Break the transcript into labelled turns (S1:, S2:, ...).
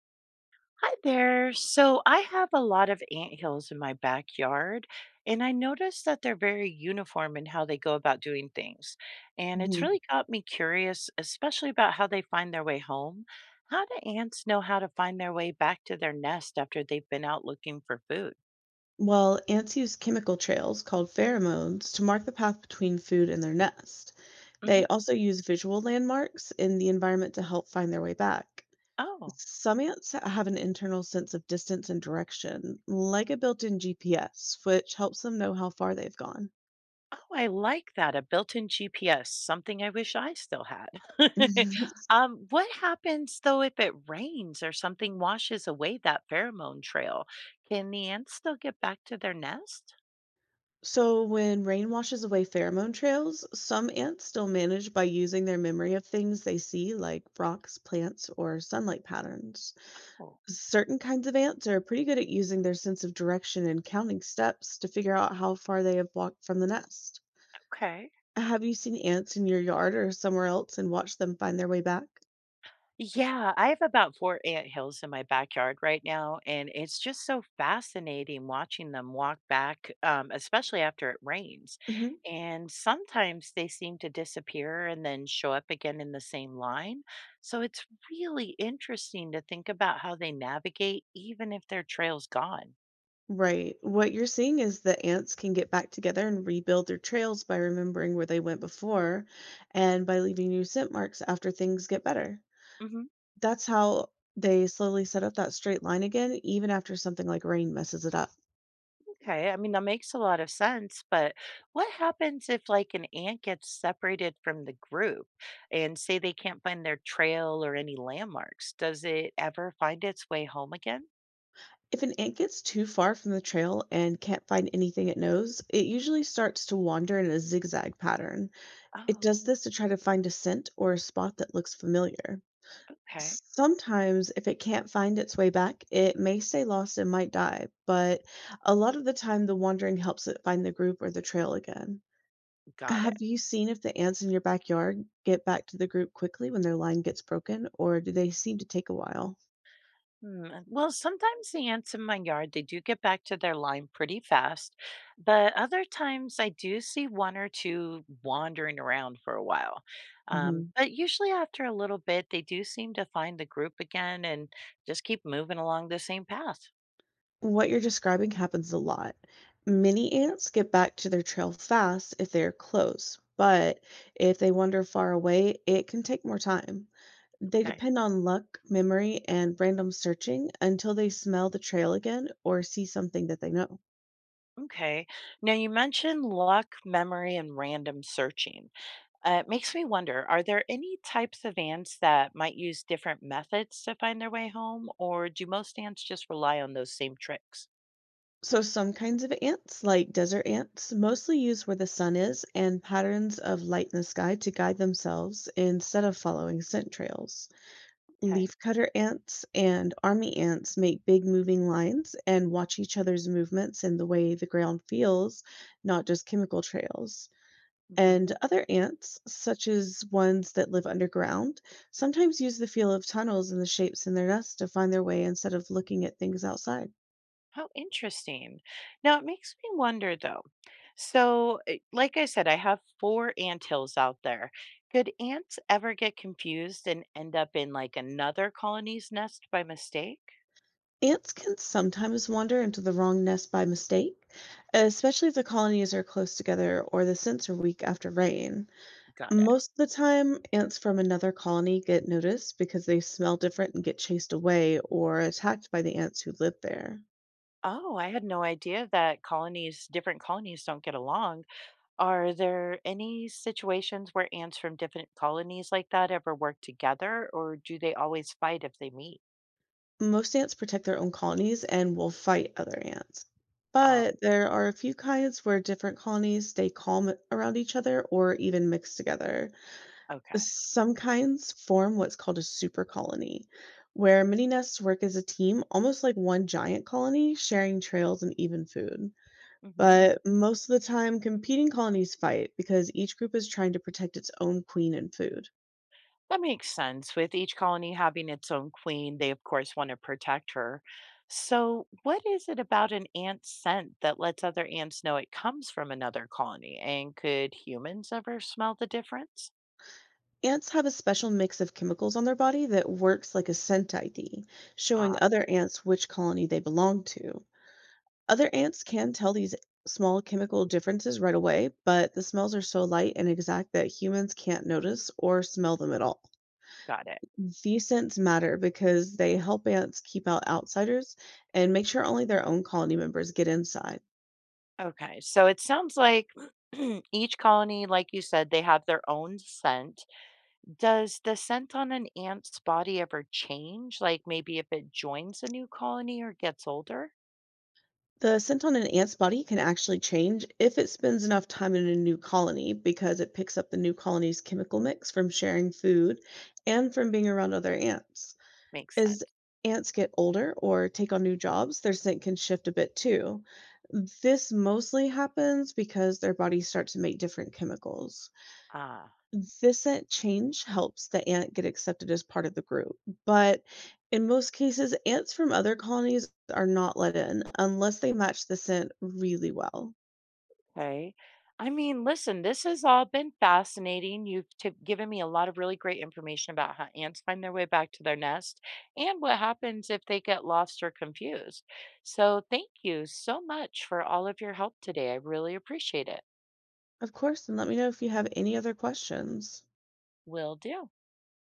S1: Hi there. So I have a lot of ant hills in my backyard, and I noticed that they're very uniform in how they go about doing things. And it's
S2: Mhm.
S1: really got me curious, especially about how they find their way home. How do ants know how to find their way back to their nest after they've been out looking for food?
S2: Well, ants use chemical trails called pheromones to mark the path between food and their nest.
S1: Hmm.
S2: They also use visual landmarks in the environment to help find their way back.
S1: Oh.
S2: Some ants have an internal sense of distance and direction, like a built in GPS, which helps them know how far they've gone.
S1: Oh, I like that, a built-in GPS, something I wish I still had. What happens though if it rains or something washes away that pheromone trail? Can the ants still get back to their nest?
S2: So, when rain washes away pheromone trails, some ants still manage by using their memory of things they see, like rocks, plants, or sunlight patterns.
S1: Oh,
S2: Certain kinds of ants are pretty good at using their sense of direction and counting steps to figure out how far they have walked from the nest.
S1: okay.
S2: Have you seen ants in your yard or somewhere else and watched them find their way back?
S1: Yeah, I have about 4 ant hills in my backyard right now, and it's just so fascinating watching them walk back, especially after it rains.
S2: Mhm.
S1: And sometimes they seem to disappear and then show up again in the same line. So it's really interesting to think about how they navigate, even if their trail's gone.
S2: Right. What you're seeing is that ants can get back together and rebuild their trails by remembering where they went before, and by leaving new scent marks after things get better.
S1: Mhm.
S2: That's how they slowly set up that straight line again, even after something like rain messes it up.
S1: Okay, I mean, that makes a lot of sense, but what happens if like an ant gets separated from the group and say they can't find their trail or any landmarks? Does it ever find its way home again?
S2: If an ant gets too far from the trail and can't find anything it knows, it usually starts to wander in a zigzag pattern. It
S1: Oh,
S2: does this to try to find a scent or a spot that looks familiar.
S1: okay.
S2: Sometimes if it can't find its way back, it may stay lost and might die, but a lot of the time the wandering helps it find the group or the trail again.
S1: Got it.
S2: Have you seen if the ants in your backyard get back to the group quickly when their line gets broken, or do they seem to take a while?
S1: Hmm, well, sometimes the ants in my yard, they do get back to their lime pretty fast, but other times I do see one or two wandering around for a while. Um,
S2: Mm-hmm.
S1: but usually after a little bit, they do seem to find the group again and just keep moving along the same path.
S2: What you're describing happens a lot. Many ants get back to their trail fast if they are close, but if they wander far away, it can take more time. They
S1: Okay.
S2: depend on luck, memory, and random searching until they smell the trail again or see something that they know.
S1: Okay. Now you mentioned luck, memory, and random searching. It makes me wonder, are there any types of ants that might use different methods to find their way home, or do most ants just rely on those same tricks?
S2: So, some kinds of ants, like desert ants, mostly use where the sun is and patterns of light in the sky to guide themselves instead of following scent trails.
S1: Okay.
S2: Leafcutter ants and army ants make big moving lines and watch each other's movements and the way the ground feels, not just chemical trails.
S1: Hmm.
S2: And other ants, such as ones that live underground, sometimes use the feel of tunnels and the shapes in their nests to find their way instead of looking at things outside.
S1: How interesting. Now, it makes me wonder though. So, like I said, I have 4 ant hills out there. Could ants ever get confused and end up in like another colony's nest by mistake?
S2: Ants can sometimes wander into the wrong nest by mistake, especially if the colonies are close together or the scents are weak after rain.
S1: Got it.
S2: Most of the time, ants from another colony get noticed because they smell different and get chased away or attacked by the ants who live there.
S1: Oh, I had no idea that colonies, different colonies don't get along. Are there any situations where ants from different colonies like that ever work together, or do they always fight if they meet?
S2: Most ants protect their own colonies and will fight other ants.
S1: Oh,
S2: But there are a few kinds where different colonies stay calm around each other or even mix together.
S1: okay.
S2: Some kinds form what's called a super colony, where many nests work as a team, almost like one giant colony, sharing trails and even food.
S1: Hmm.
S2: But most of the time, competing colonies fight because each group is trying to protect its own queen and food.
S1: That makes sense. With each colony having its own queen, they of course want to protect her. So, what is it about an ant's scent that lets other ants know it comes from another colony? And could humans ever smell the difference?
S2: Ants have a special mix of chemicals on their body that works like a scent ID,
S1: Ah,
S2: showing other ants which colony they belong to. Other ants can tell these small chemical differences right away, but the smells are so light and exact that humans can't notice or smell them at all.
S1: got it.
S2: These scents matter because they help ants keep out outsiders and make sure only their own colony members get inside.
S1: Okay. So, it sounds like each colony, like you said, they have their own scent. Does the scent on an ant's body ever change? Like maybe if it joins a new colony or gets older?
S2: The scent on an ant's body can actually change if it spends enough time in a new colony because it picks up the new colony's chemical mix from sharing food and from being around other ants.
S1: Makes
S2: As
S1: sense.
S2: ants get older or take on new jobs, their scent can shift a bit too. This mostly happens because their bodies start to make different chemicals.
S1: Ah,
S2: Recent change helps the ant get accepted as part of the group, but in most cases, ants from other colonies are not let in unless they match the scent really well.
S1: okay. I mean, listen, this has all been fascinating. You've given me a lot of really great information about how ants find their way back to their nest and what happens if they get lost or confused. So, thank you so much for all of your help today. I really appreciate it.
S2: Of course, and let me know if you have any other questions.
S1: Will do.